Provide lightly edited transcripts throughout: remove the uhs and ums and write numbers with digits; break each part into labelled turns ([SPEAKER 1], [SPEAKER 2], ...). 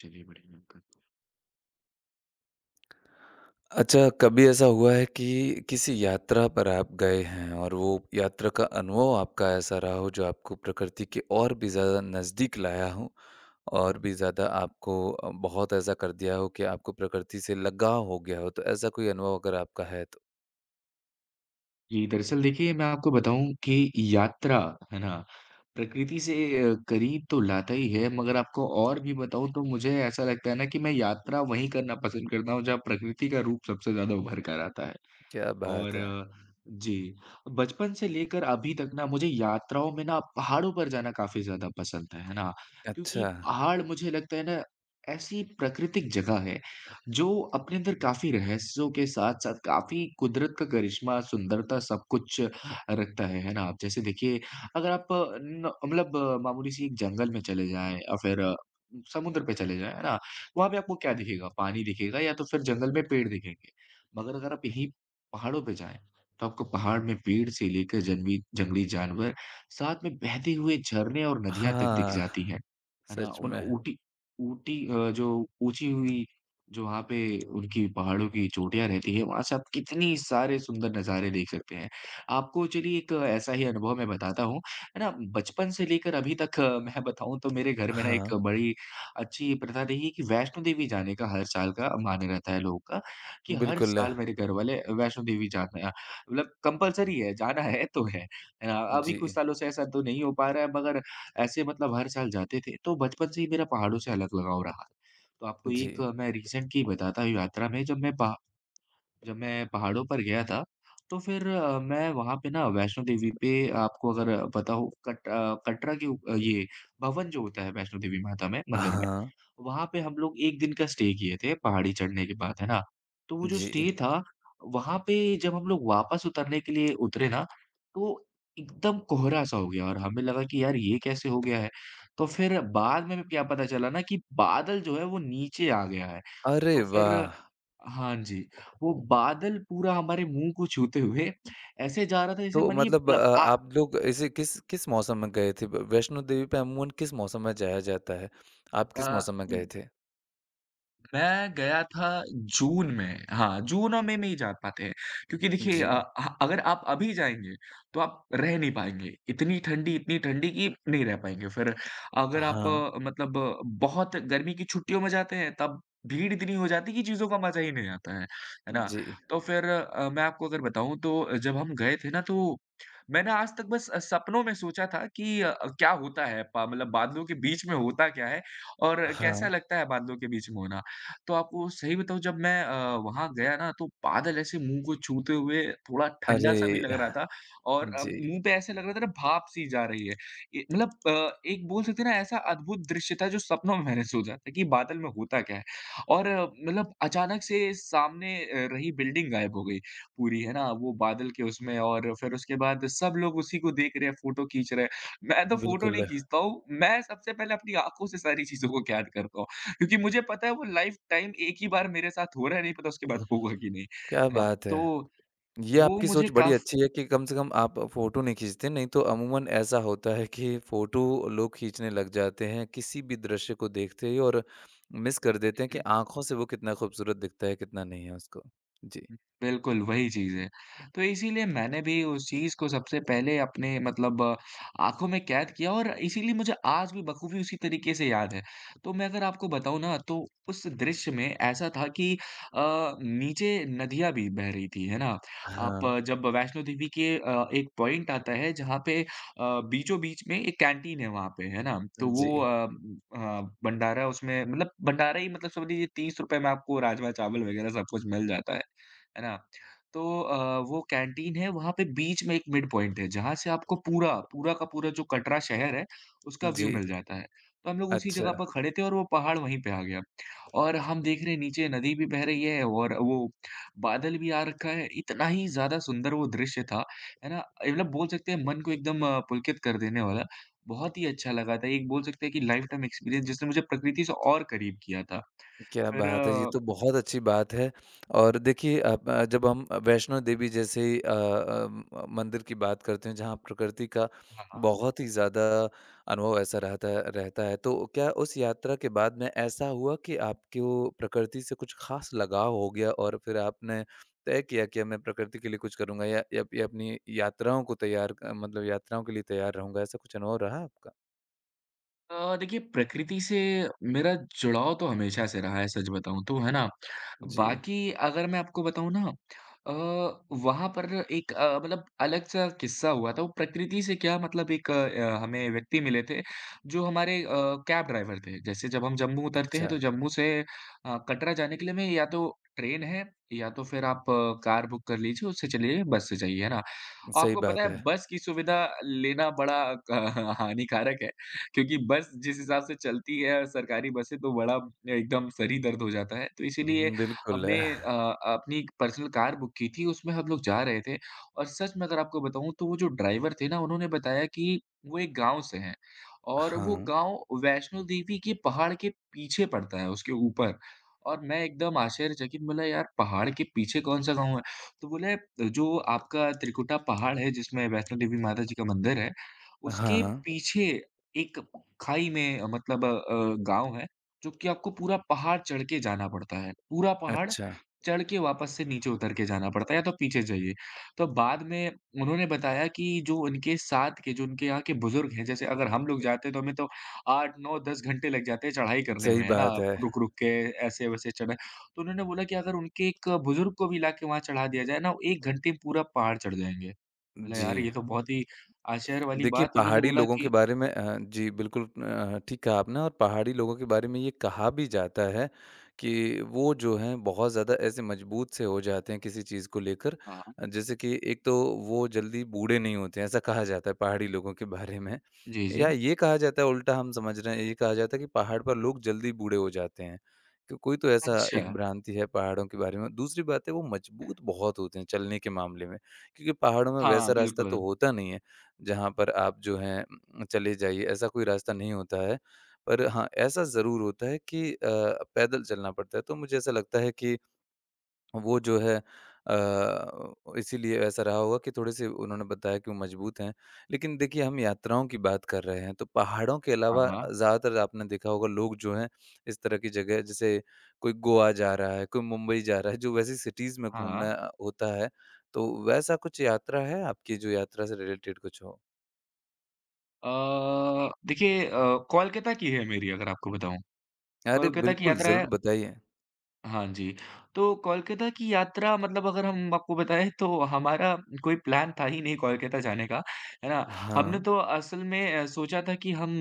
[SPEAKER 1] चलिए बढ़िया आपका।
[SPEAKER 2] अच्छा, कभी ऐसा हुआ है कि किसी यात्रा पर आप गए हैं और वो यात्रा का अनुभव आपका ऐसा रहा हो जो आपको प्रकृति के और भी ज़्यादा नज़दीक लाया हो और भी ज़्यादा आपको बहुत ऐसा कर दिया हो कि आपको प्रकृति से लगाव हो गया हो? तो ऐसा कोई अनुभव अगर आपका है तो?
[SPEAKER 1] जी, दरअसल देखिए मैं आपको बताऊँ कि यात्रा, है ना? प्रकृति से करीब तो लाता ही है मगर आपको और भी बताऊँ तो मुझे ऐसा लगता है ना कि मैं यात्रा वहीं करना पसंद करता हूँ जहाँ प्रकृति का रूप सबसे ज़्यादा उभर कर आता है।
[SPEAKER 2] क्या
[SPEAKER 1] और
[SPEAKER 2] बात है!
[SPEAKER 1] अ, जी, बचपन से लेकर अभी तक ना मुझे यात्राओं में ना पहाड़ों पर जाना काफ़ी ज़्यादा पसंद है ना? क्योंकि
[SPEAKER 2] अच्छा।
[SPEAKER 1] पहाड़ मुझे लगता है ना ऐसी प्राकृतिक जगह है, जो अपने अंदर काफ़ी रहस्यों के साथ-साथ काफ़ी कुदरत का करिश्मा, सुंदरता सब कुछ रखता है ना? आप जैसे देखिए अगर आप अ, न मतलब मामूली-सी एक जंगल में चले जाएँ या फिर समुद्र पे चले जाएँ, है ना? वहाँ पे आपको क्या दिखेगा? पानी दिखेगा या तो फिर जंगल में पेड़ दिखेंगे। मगर अगर आप यहीं पहाड़ों पे जाएँ, तो आपको पहाड़ में पेड़ से लेकर जंगली जंगली जानवर, साथ में बहते हुए झरने और नदियाँ तक दिख
[SPEAKER 2] हाँ,
[SPEAKER 1] जाती हैं। है ना?
[SPEAKER 2] सच
[SPEAKER 1] उन
[SPEAKER 2] में।
[SPEAKER 1] ऊटी ऊटी अ, जो ऊँची हुई जो वहाँ पे उनकी पहाड़ों की चोटियाँ रहती हैं, वहाँ से आप कितनी सारे सुंदर नज़ारे देख सकते हैं। आपको चलिए एक ऐसा ही अनुभव मैं बताता हूँ, है ना? बचपन से लेकर अभी तक मैं बताऊँ तो मेरे घर में ना
[SPEAKER 2] हाँ,
[SPEAKER 1] एक बड़ी अच्छी प्रथा रही है कि वैष्णो देवी जाने का हर साल का मान्य रहता है लोगों का। कि हर
[SPEAKER 2] बिल्कुल। है।
[SPEAKER 1] साल मेरे घर वाले वैष्णो देवी जाते हैं मतलब कंपल्सरी है, जाना है तो है। है ना? अभी कुछ
[SPEAKER 2] जी,
[SPEAKER 1] सालों से ऐसा तो नहीं हो पा रहा है मगर ऐसे मतलब हर साल जाते थे, तो बचपन से ही मेरा पहाड़ों से अलग लगाव रहा है। तो आपको
[SPEAKER 2] जी।
[SPEAKER 1] एक मैं रिसेंटली बताता हूँ यात्रा में जब मैं पहाड़ों पर गया था, तो फिर मैं वहाँ पे ना वैष्णो देवी पे आपको अगर पता हो कटरा के उ ये भवन जो होता है वैष्णो देवी माता में मंदिर में।
[SPEAKER 2] हाँ,
[SPEAKER 1] वहाँ पे हम लोग 1 दिन का स्टे किए थे पहाड़ी चढ़ने के बाद, है ना? तो वो जो
[SPEAKER 2] जी।
[SPEAKER 1] स्टे था, वहाँ पे जब हम लोग वापस उतरने के लिए उतरे ना, तो एकदम कोहरा-सा हो गया और हमें लगा कि यार ये कैसे हो गया है? तो फिर बाद में क्या पता चला ना कि बादल जो है वो नीचे आ गया है।
[SPEAKER 2] अरे
[SPEAKER 1] तो फिर
[SPEAKER 2] वाह!
[SPEAKER 1] हाँ जी, वो बादल पूरा हमारे मुँह को छूते हुए ऐसे जा रहा था जैसे
[SPEAKER 2] तो
[SPEAKER 1] मानिए
[SPEAKER 2] मतलब आप लोग ऐसे किस किस मौसम में गए थे? ब वैष्णो देवी पे अमूमन किस मौसम में जाया जाता है? आप
[SPEAKER 1] अ,
[SPEAKER 2] किस मौसम में गए थे?
[SPEAKER 1] मैं गया था जून में, हाँ, जून और मई में ही जा पाते हैं क्योंकि देखिए अ,
[SPEAKER 2] जी।
[SPEAKER 1] ह अगर आप अभी जाएँगे तो आप रह नहीं पाएँगे। इतनी ठंडी कि नहीं रह पाएँगे। फिर अगर आप
[SPEAKER 2] हाँ,
[SPEAKER 1] बहुत गर्मी की छुट्टियों में जाते हैं तब भीड़ इतनी हो जाती है कि चीज़ों का मज़ा ही नहीं आता है ना?
[SPEAKER 2] जी।
[SPEAKER 1] तो फिर मैं आपको अगर बताऊँ तो जब हम गए थे ना तो मैंने आज तक बस सपनों में सोचा था कि अ, क्या होता है प मतलब बादलों के बीच में होता क्या है और कैसा
[SPEAKER 2] हाँ।
[SPEAKER 1] लगता है बादलों के बीच में होना? तो आपको सही बताऊँ जब मैं वहाँ गया ना तो बादल ऐसे मुँह को छूते हुए थोड़ा ठंडा-सा भी
[SPEAKER 2] अरे!
[SPEAKER 1] लग रहा था और
[SPEAKER 2] जी,
[SPEAKER 1] मुँह पे ऐसे लग रहा था ना भाप-सी जा रही है। ये एक बोल सकते हैं ना ऐसा अद्भुत दृश्य था जो सपनों में मैंने सोचा था कि बादल में होता क्या है? और मतलब अचानक से रही बिल्डिंग गायब हो गई पूरी, है ना? वो बादल के उसमें और फिर उसके बाद सब लोग उसी को देख रहे हैं, फ़ोटो खींच रहे हैं। मैं तो फ़ोटो नहीं
[SPEAKER 2] बिल्कुल।
[SPEAKER 1] खींचता हूँ, मैं सबसे पहले अपनी आँखों से सारी चीज़ों को कैद करता हूँ। क्योंकि मुझे पता है वो लाइफ टाइम एक ही बार मेरे साथ हो रहा है, नहीं पता उसके बाद होगा कि नहीं,
[SPEAKER 2] क्या
[SPEAKER 1] है ना?
[SPEAKER 2] बात है!
[SPEAKER 1] तो
[SPEAKER 2] ये
[SPEAKER 1] वो
[SPEAKER 2] आपकी
[SPEAKER 1] मुझे
[SPEAKER 2] सोच बड़ी
[SPEAKER 1] काफ़
[SPEAKER 2] अच्छी है कि कम से कम आप फ़ोटो नहीं खींचते, नहीं तो अमूमन ऐसा होता है कि फ़ोटो लोग खींचने लग जाते हैं किसी भी दृश्य को देखते ही और मिस कर देते हैं कि आँखों से वो कितना खूबसूरत दिखता है, कितना नहीं है उसको। जी।
[SPEAKER 1] बिल्कुल, वही चीज़ है। तो इसीलिए मैंने भी उस चीज़ को सबसे पहले अपने मतलब आँखों में कैद किया और इसीलिए मुझे आज भी बखूबी उसी तरीके से याद है। तो मैं अगर आपको बताऊँ ना तो उस दृश्य में ऐसा था कि नीचे नदियाँ भी बह रही थी, है ना? आप
[SPEAKER 2] हाँ।
[SPEAKER 1] जब वैष्णो देवी के एक पॉइंट आता है जहाँ पे बीचों-बीच में एक कैंटीन है वहाँ पे, है ना? तो वो
[SPEAKER 2] जी।
[SPEAKER 1] भंडारा उसमें मतलब भंडारा ही मतलब समझ लीजिए ₹30 में आपको राजमा-चावल वगैरह सब कुछ मिल जाता है। है ना? तो वो कैंटीन है, वहाँ पे बीच में एक मिड पॉइंट है, जहाँ से आपको पूरा, पूरा का पूरा जो कटरा शहर है, उसका व्यू
[SPEAKER 2] जी।
[SPEAKER 1] मिल जाता है। तो हम लोग उसी
[SPEAKER 2] अच्छा,
[SPEAKER 1] जगह पर खड़े थे और वो पहाड़ वहीं पे आ गया और हम देख रहे हैं नीचे नदी भी बह रही है और वो बादल भी आ रखा है। इतना ही ज़्यादा सुंदर वो दृश्य था, है ना? मतलब बोल सकते हैं मन को एकदम पुलकित कर देने वाला, बहुत ही अच्छा लगा था। एक बोल सकते हैं कि लाइफ़ टाइम एक्सपीरियंस जिसने मुझे प्रकृति से और करीब किया था।
[SPEAKER 2] क्या
[SPEAKER 1] फिर
[SPEAKER 2] बात है! ये
[SPEAKER 1] अ,
[SPEAKER 2] तो बहुत अच्छी बात है और देखिए अब जब हम वैष्णो देवी जैसे अ अ, म मंदिर की बात करते हैं जहाँ प्रकृति का
[SPEAKER 1] हाँ। हाँ।
[SPEAKER 2] बहुत ही ज़्यादा अनुभव ऐसा रहता रहता है, तो क्या उस यात्रा के बाद में ऐसा हुआ कि आपको प्रकृति से कुछ ख़ास लगाव हो गया और फिर आपने तय किया कि अब मैं प्रकृति के लिए कुछ करूँगा या अपनी यात्राओं को तैयार मतलब यात्राओं के लिए तैयार रहूँगा, ऐसा कुछ अनुभव रहा आपका?
[SPEAKER 1] देखिए प्रकृति से मेरा जुड़ाव तो हमेशा से रहा है सच बताऊँ तो, है ना?
[SPEAKER 2] जी,
[SPEAKER 1] बाकी अगर मैं आपको बताऊँ ना अ, वहाँ पर एक मतलब अलग-सा किस्सा हुआ था। वो प्रकृति से क्या मतलब एक हमें व्यक्ति मिले थे जो हमारे कैब ड्राइवर थे। जैसे जब हम जम्मू उतरते
[SPEAKER 2] अच्छा,
[SPEAKER 1] हैं तो जम्मू से कटरा जाने के लिए हमें या तो ट्रेन है या तो फिर आप कार बुक कर लीजिए, उससे चले जाइए, बस से जाइए, है ना?
[SPEAKER 2] सही
[SPEAKER 1] आपको पता
[SPEAKER 2] बात
[SPEAKER 1] है
[SPEAKER 2] है।
[SPEAKER 1] बस की सुविधा लेना बड़ा क हानिकारक है क्योंकि बस जिस हिसाब से चलती है और सरकारी बसें तो बड़ा एकदम सर ही दर्द हो जाता है। तो इसीलिए
[SPEAKER 2] हुँ, बिल्कुल। है।
[SPEAKER 1] हमने अपनी पर्सनल कार बुक की थी, उसमें हम लोग जा रहे थे और सच में अगर आपको बताऊँ तो वो जो ड्राइवर थे ना उन्होंने बताया कि वो एक गाँव से हैं और वो
[SPEAKER 2] हाँ,
[SPEAKER 1] गाँव वैष्णो देवी के पहाड़ के पीछे पड़ता है, उसके ऊपर और मैं एकदम आश्चर्यचकित बोला यार पहाड़ के पीछे कौन-सा गाँव है? तो बोले जो आपका त्रिकुटा पहाड़ है जिसमें वैष्णो देवी माता जी का मंदिर है,
[SPEAKER 2] हाँ,
[SPEAKER 1] उसके
[SPEAKER 2] हाँ।
[SPEAKER 1] पीछे एक खाई में गाँव है, जो कि आपको पूरा पहाड़ चढ़ के जाना पड़ता है। पूरा पहाड़
[SPEAKER 2] अच्छा,
[SPEAKER 1] चढ़ के वापस से नीचे उतर के जाना पड़ता है या तो पीछे जाइए। तो बाद में उन्होंने बताया कि जो उनके साथ के जो उनके यहाँ के बुजुर्ग हैं, जैसे अगर हम लोग जाते तो हमें तो 8, 9, 10 घंटे लग जाते हैं चढ़ाई करने
[SPEAKER 2] सही
[SPEAKER 1] में, है ना?
[SPEAKER 2] बात है।
[SPEAKER 1] रुक-रुक के ऐसे-वैसे चढ़ तो उन्होंने बोला कि अगर उनके एक बुजुर्ग को भी लाके वहाँ चढ़ा दिया जाए ना, 1 घंटे में पूरा पहाड़ चढ़ जाएँगे। बोला
[SPEAKER 2] जी।
[SPEAKER 1] यार ये तो बहुत ही आश्चर्य वाली
[SPEAKER 2] देखिए,
[SPEAKER 1] बात उन्होंने
[SPEAKER 2] पहाड़ी
[SPEAKER 1] बोला
[SPEAKER 2] लोगों के
[SPEAKER 1] कि
[SPEAKER 2] बारे में जी, बिल्कुल ठीक कहा आपने और पहाड़ी लोगों के बारे में ये कहा भी जाता है कि वो जो हैं बहुत ज़्यादा ऐसे मजबूत से हो जाते हैं किसी चीज़ को लेकर
[SPEAKER 1] हाँ, हाँ।
[SPEAKER 2] जैसे कि एक तो वो जल्दी बूढ़े नहीं होते हैं, ऐसा कहा जाता है पहाड़ी लोगों के बारे में।
[SPEAKER 1] जी,
[SPEAKER 2] या
[SPEAKER 1] जी।
[SPEAKER 2] ये कहा जाता है उल्टा हम समझ रहे हैं, ये कहा जाता है कि पहाड़ पर लोग जल्दी बूढ़े हो जाते हैं। तो कोई तो ऐसा
[SPEAKER 1] अच्छा।
[SPEAKER 2] एक भ्रांति है पहाड़ों के बारे में। दूसरी बात है वो मजबूत बहुत होते हैं चलने के मामले में, क्योंकि पहाड़ों में
[SPEAKER 1] हाँ,
[SPEAKER 2] वैसा रास्ता
[SPEAKER 1] बिल्कुल।
[SPEAKER 2] तो होता नहीं है। जहाँ पर आप जो हैं चले जाइए, ऐसा कोई रास्ता नहीं होता है। पर हाँ, ऐसा ज़रूर होता है कि पैदल चलना पड़ता है, तो मुझे ऐसा लगता है कि वो जो है अ, इसीलिए ऐसा रहा होगा कि थोड़े-से उन्होंने बताया कि वो मजबूत हैं। लेकिन देखिए, हम यात्राओं की बात कर रहे हैं, तो पहाड़ों के
[SPEAKER 1] हाँ,
[SPEAKER 2] अलावा
[SPEAKER 1] हाँ।
[SPEAKER 2] ज़्यादातर आपने देखा होगा लोग जो हैं, इस तरह की जगह जैसे कोई गोवा जा रहा है, कोई मुंबई जा रहा है, जो वैसी सिटीज़ में
[SPEAKER 1] हाँ,
[SPEAKER 2] घूमना
[SPEAKER 1] हाँ।
[SPEAKER 2] होता है, तो वैसा कुछ यात्रा है आपकी, जो यात्रा से रिलेटेड कुछ हो?
[SPEAKER 1] देखिए कोलकाता की है मेरी अगर आपको बताऊँ।
[SPEAKER 2] अरे!
[SPEAKER 1] कोलकाता की
[SPEAKER 2] बिल्कुल,
[SPEAKER 1] यात्रा है
[SPEAKER 2] ज़रूर बताइए।
[SPEAKER 1] हाँ जी, तो कोलकाता की यात्रा मतलब अगर हम आपको बताएँ तो हमारा कोई प्लान था ही नहीं कोलकाता जाने का, है ना? हमने
[SPEAKER 2] हाँ,
[SPEAKER 1] तो असल में सोचा था कि हम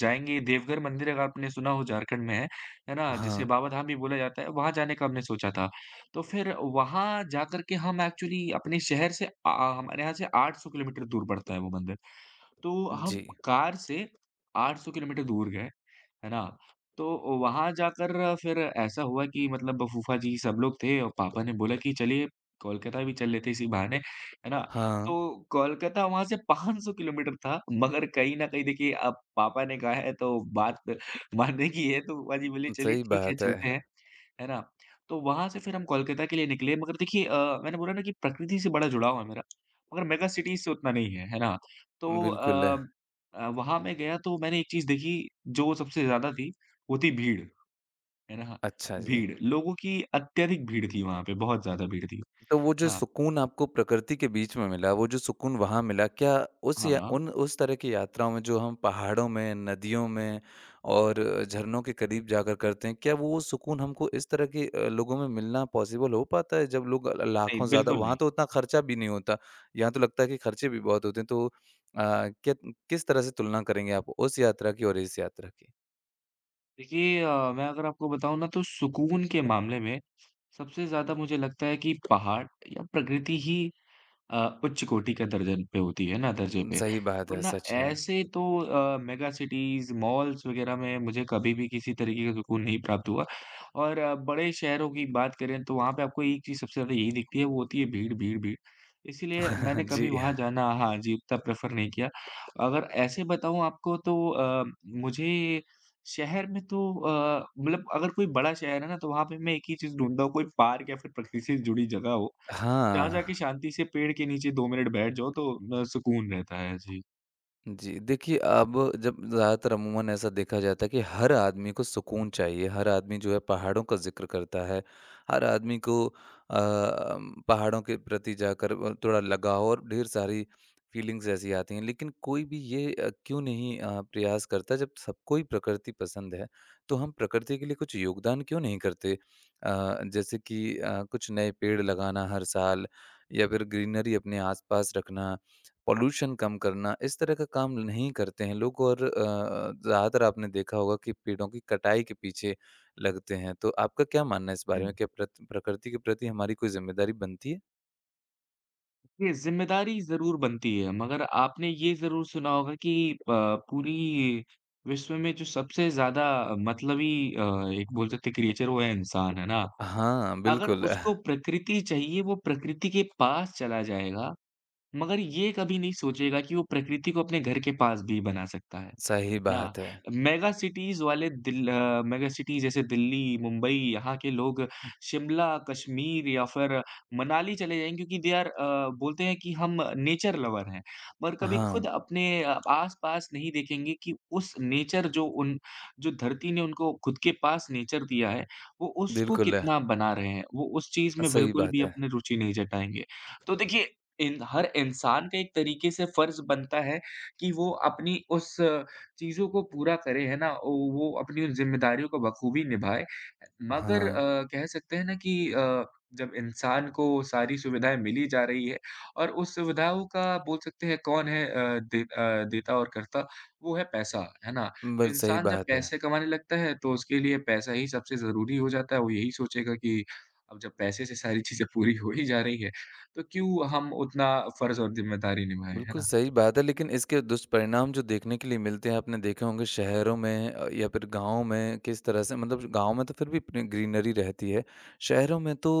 [SPEAKER 1] जाएँगे देवघर मंदिर अगर आपने सुना हो झारखंड में है ना? जिसे
[SPEAKER 2] हाँ,
[SPEAKER 1] बाबा धाम भी बोला जाता है, वहाँ जाने का हमने सोचा था। तो फिर वहाँ जाकर के हम एक्चुअली अपने शहर से हमारे यहाँ से 800 किलोमीटर दूर पड़ता है वो मंदिर। तो
[SPEAKER 2] जी।
[SPEAKER 1] हम कार से 800 किलोमीटर दूर गए, है ना? तो वहाँ जाकर फिर ऐसा हुआ कि मतलब फूफा जी सब लोग थे और पापा ने बोला कि चलिए कोलकाता भी चल लेते हैं इसी बहाने, है ना?
[SPEAKER 2] हाँ,
[SPEAKER 1] तो कोलकाता वहाँ से 500 किलोमीटर था मगर कहीं न कहीं देखिए अब पापा ने कहा है तो बात मानने की है तो फूफा जी बोले चलिए
[SPEAKER 2] सही
[SPEAKER 1] ठीक है
[SPEAKER 2] बात है।
[SPEAKER 1] चलते हैं। है ना? तो वहाँ से फिर हम कोलकाता के लिए निकले मगर देखिए मैंने बोला ना कि प्रकृति से बड़ा जुड़ाव है मेरा, मगर मेगा सिटीज़ से उतना नहीं है, है ना? तो
[SPEAKER 2] बिल्कुल।
[SPEAKER 1] वहाँ मैं गया तो मैंने एक चीज़ देखी जो सबसे ज़्यादा थी, वो थी भीड़, है ना?
[SPEAKER 2] अच्छा जी।
[SPEAKER 1] भीड़, लोगों की अत्यधिक भीड़ थी वहाँ पे, बहुत ज़्यादा भीड़ थी।
[SPEAKER 2] तो वो जो
[SPEAKER 1] हाँ,
[SPEAKER 2] सुकून आपको प्रकृति के बीच में मिला, वो जो सुकून वहाँ मिला, क्या उस
[SPEAKER 1] हाँ,
[SPEAKER 2] या
[SPEAKER 1] हाँ।
[SPEAKER 2] उन उस तरह की यात्राओं में जो हम पहाड़ों में, नदियों में और झरनों के करीब जाकर करते हैं, क्या वो सुकून हमको इस तरह के लोगों में मिलना पॉसिबल हो पाता है? जब लोग ल लाखों
[SPEAKER 1] नहीं,
[SPEAKER 2] ज़्यादा
[SPEAKER 1] बिल्कुल
[SPEAKER 2] वहाँ
[SPEAKER 1] नहीं।
[SPEAKER 2] तो उतना खर्चा भी नहीं होता, यहाँ तो लगता है कि खर्चे भी बहुत होते हैं, तो क्या किस तरह से तुलना करेंगे आप उस यात्रा की और इस यात्रा की?
[SPEAKER 1] देखिए मैं अगर आपको बताऊँ ना तो सुकून के मामले में सबसे ज़्यादा मुझे लगता है कि पहाड़ या प्रकृति ही उच्च कोटि का दर्जन पे होती है ना दर्जे पे
[SPEAKER 2] सही बात है,
[SPEAKER 1] वरना
[SPEAKER 2] सच है।
[SPEAKER 1] ऐसे तो मेगा सिटीज़, मॉल्स वग़ैरह में मुझे कभी भी किसी तरीके का सुकून नहीं प्राप्त हुआ और बड़े शहरों की बात करें तो वहाँ पे आपको एक चीज़ सबसे ज़्यादा यही दिखती है वो होती है भीड़, भीड़, भीड़। इसीलिए मैंने कभी
[SPEAKER 2] जी,
[SPEAKER 1] वहाँ जाना हाँ जी, उतना प्रेफ़र नहीं किया। अगर ऐसे बताऊँ आपको तो मुझे शहर में तो मतलब अगर कोई बड़ा शहर है ना तो वहाँ पे मैं एक ही चीज़ ढूँढता हूँ कोई पार्क या फिर प्रकृति से जुड़ी जगह हो जहाँ जाके
[SPEAKER 2] हाँ।
[SPEAKER 1] शांति से पेड़ के नीचे 2 मिनट बैठ जाओ तो सुकून रहता है। जी।
[SPEAKER 2] जी, देखिए अब जब ज़्यादातर अमूमन ऐसा देखा जाता है कि हर आदमी को सुकून चाहिए, हर आदमी जो है पहाड़ों का ज़िक्र करता है, हर आदमी को पहाड़ों के प्रति जाकर थोड़ा लगाव और ढेर सारी फीलिंग्स ऐसी आती हैं। लेकिन कोई भी ये क्यों नहीं प्रयास करता जब सबको ही प्रकृति पसंद है, तो हम प्रकृति के लिए कुछ योगदान क्यों नहीं करते? जैसे कि कुछ नए पेड़ लगाना हर साल या फिर ग्रीनरी अपने आसपास रखना पॉल्यूशन कम करना, इस तरह का काम नहीं करते हैं लोग और ज़्यादातर आपने देखा होगा कि पेड़ों की कटाई के पीछे लगते हैं। तो आपका क्या मानना है इस बारे में?
[SPEAKER 1] हुँ।
[SPEAKER 2] क्या प्रत प्रकृति के प्रति हमारी कोई ज़िम्मेदारी बनती है?
[SPEAKER 1] ये ज़िम्मेदारी ज़रूर बनती है मगर आपने ये ज़रूर सुना होगा कि पूरी विश्व में जो सबसे ज़्यादा मतलबी एक बोल सकते हैं क्रिएचर वो है इंसान, है ना?
[SPEAKER 2] हाँ,
[SPEAKER 1] अगर
[SPEAKER 2] बिल्कुल।
[SPEAKER 1] उसको प्रकृति चाहिए वो प्रकृति के पास चला जाएगा, मगर ये कभी नहीं सोचेगा कि वो प्रकृति को अपने घर के पास भी बना सकता है। है
[SPEAKER 2] सही
[SPEAKER 1] ना?
[SPEAKER 2] बात है।
[SPEAKER 1] मेगा सिटीज़ जैसे दिल्ली, मुंबई यहाँ के लोग शिमला, कश्मीर या फिर मनाली चले जाएँगे क्योंकि दे आर बोलते हैं कि हम नेचर लवर हैं। पर कभी
[SPEAKER 2] हाँ,
[SPEAKER 1] खुद अपने आस-पास नहीं देखेंगे कि उस नेचर जो उन जो धरती ने उनको खुद के पास नेचर दिया है, वो उसको
[SPEAKER 2] बिल्कुल,
[SPEAKER 1] कितना बना रहे हैं। वो उस चीज़ में
[SPEAKER 2] सही
[SPEAKER 1] बिल्कुल
[SPEAKER 2] बात
[SPEAKER 1] भी
[SPEAKER 2] है।
[SPEAKER 1] अपनी रुचि नहीं जताएँगे। तो देखिए, इन हर इंसान का एक तरीके से फ़र्ज़ बनता है कि वो अपनी उस चीज़ों को पूरा करे, है ना? ओ वो अपनी उन ज़िम्मेदारियों को बखूबी निभाए। मगर
[SPEAKER 2] हाँ,
[SPEAKER 1] कह सकते हैं ना कि जब इंसान को सारी सुविधाएँ मिली जा रही है और उस सुविधाओं का बोल सकते हैं कौन है देता और करता, वो है पैसा, है ना? तो
[SPEAKER 2] बिल सही
[SPEAKER 1] इंसान जब
[SPEAKER 2] बात है।
[SPEAKER 1] पैसे कमाने लगता है तो उसके लिए पैसा ही सबसे ज़रूरी हो जाता है। वो यही सोचेगा कि अब जब पैसे से सारी चीज़ें पूरी हो ही जा रही है, तो क्यों हम उतना फ़र्ज़ और ज़िम्मेदारी निभाएँ, है
[SPEAKER 2] बिल्कुल
[SPEAKER 1] ना?
[SPEAKER 2] सही बात है, लेकिन इसके दुष्परिणाम जो देखने के लिए मिलते हैं, आपने देखे होंगे शहरों में या फिर गाँव में किस तरह से मतलब गाँव में तो फिर भी अपनी ग्रीनरी रहती है। शहरों में तो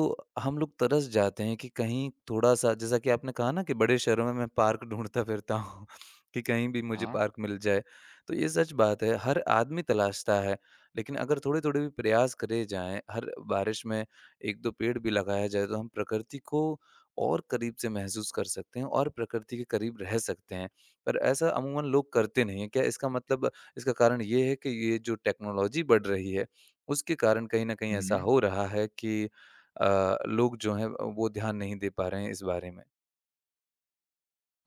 [SPEAKER 2] हम लोग तरस जाते हैं कि कहीं थोड़ा-सा जैसा कि आपने कहा ना कि बड़े शहरों में मैं पार्क ढूँढता फिरता हूँ कि कहीं भी मुझे
[SPEAKER 1] हाँ।
[SPEAKER 2] पार्क मिल जाए। तो ये सच बात है, हर आदमी तलाशता है, लेकिन अगर थोड़े-थोड़े भी प्रयास करे जाएँ, हर बारिश में 1-2 पेड़ भी लगाया जाए, तो हम प्रकृति को और करीब से महसूस कर सकते हैं और प्रकृति के करीब रह सकते हैं। पर ऐसा अमूमन लोग करते नहीं हैं। क्या इसका कारण ये है कि ये जो टेक्नोलॉजी बढ़ रही है, उसके कारण कहीं न कहीं ऐसा
[SPEAKER 1] हुँ।
[SPEAKER 2] हो रहा है कि लोग जो हैं वो ध्यान नहीं दे पा रहे हैं इस बारे में?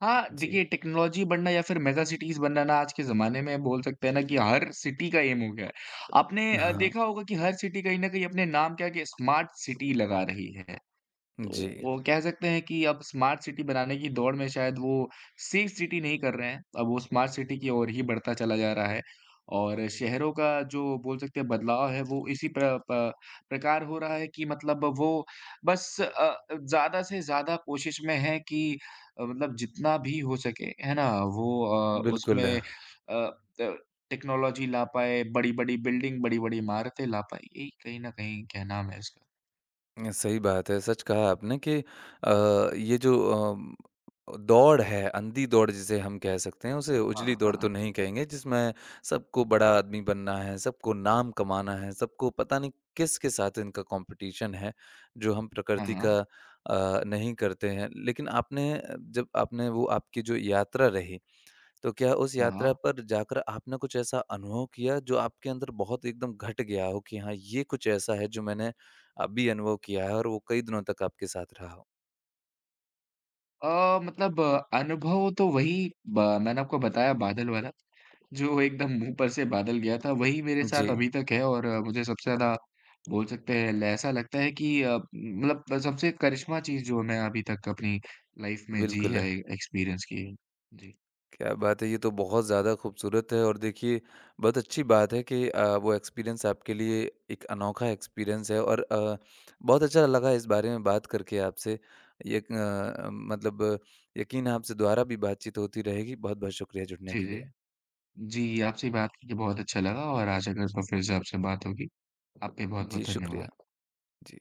[SPEAKER 1] हाँ,
[SPEAKER 2] जी।
[SPEAKER 1] देखिए टेक्नोलॉजी बनना या फिर मेगा सिटीज़ बनना ना आज के ज़माने में बोल सकते हैं ना कि हर सिटी का एम हो गया है। आपने
[SPEAKER 2] हाँ।
[SPEAKER 1] देखा होगा कि हर सिटी कहीं न कहीं अपने नाम क्या है कि स्मार्ट सिटी लगा रही है। तो
[SPEAKER 2] जी,
[SPEAKER 1] वो कह सकते हैं कि अब स्मार्ट सिटी बनाने की दौड़ में शायद वो सेफ सिटी नहीं कर रहे हैं। अब वो स्मार्ट सिटी की ओर ही बढ़ता चला जा रहा है और शहरों का जो बोल सकते हैं बदलाव है वो इसी प्रकार हो रहा है कि मतलब वो बस ज़्यादा से ज़्यादा कोशिश में है कि मतलब जितना भी हो सके, है ना? वो अ,
[SPEAKER 2] बिल्कुल।
[SPEAKER 1] उसमें अ, त टेक्नोलॉजी ला पाए, बड़ी-बड़ी बिल्डिंग, बड़ी-बड़ी इमारतें ला पाए। यही कहीं न कहीं कहना है इसका।
[SPEAKER 2] सही बात है, सच कहा आपने कि ये जो दौड़ है, अंधी दौड़ जिसे हम कह सकते हैं, उसे उजली
[SPEAKER 1] हाँ,
[SPEAKER 2] दौड़ तो नहीं कहेंगे जिसमें सबको बड़ा आदमी बनना है, सबको नाम कमाना है, सबको पता नहीं किसके साथ इनका कॉम्पिटिशन है, जो हम
[SPEAKER 1] हाँ,
[SPEAKER 2] प्रकृति का
[SPEAKER 1] हाँ।
[SPEAKER 2] नहीं करते हैं। लेकिन आपने जब आपने वो आपकी जो यात्रा रही तो क्या उस
[SPEAKER 1] हाँ,
[SPEAKER 2] यात्रा
[SPEAKER 1] हाँ।
[SPEAKER 2] पर जाकर आपने कुछ ऐसा अनुभव किया जो आपके अंदर बहुत एकदम घट गया हो कि हाँ ये कुछ ऐसा है जो मैंने अभी अनुभव किया है और वो कई दिनों तक आपके साथ रहा हो?
[SPEAKER 1] मतलब अनुभव तो वही ब मैंने आपको बताया बादल वाला, जो एकदम मुँह पर से बादल गया था, वही मेरे साथ
[SPEAKER 2] जी,
[SPEAKER 1] अभी तक है और मुझे सबसे ज़्यादा बोल सकते हैं ल ऐसा लगता है कि मतलब सबसे करिश्मा चीज़ जो मैं अभी तक अपनी लाइफ़ में जी
[SPEAKER 2] बिल्कुल।
[SPEAKER 1] है,
[SPEAKER 2] है,
[SPEAKER 1] एक्सपीरियंस की है। जी।
[SPEAKER 2] क्या बात है, ये तो बहुत ज़्यादा खूबसूरत है और देखिए बहुत अच्छी बात है कि वो एक्सपीरियंस आपके लिए एक अनोखा एक्सपीरियंस है और बहुत अच्छा लगा इस बारे में बात करके आपसे। मतलब यकीन है आपसे दोबारा भी बातचीत होती रहेगी। बहुत-बहुत शुक्रिया जुड़ने
[SPEAKER 1] जी,
[SPEAKER 2] के लिए।
[SPEAKER 1] जी। जी, आपसे बात करके बहुत अच्छा लगा और आशा करता हूँ फिर से आपसे बात होगी। आपका
[SPEAKER 2] जी,
[SPEAKER 1] बहुत-बहुत
[SPEAKER 2] शुक्रिया।
[SPEAKER 1] धन्यवाद।
[SPEAKER 2] जी।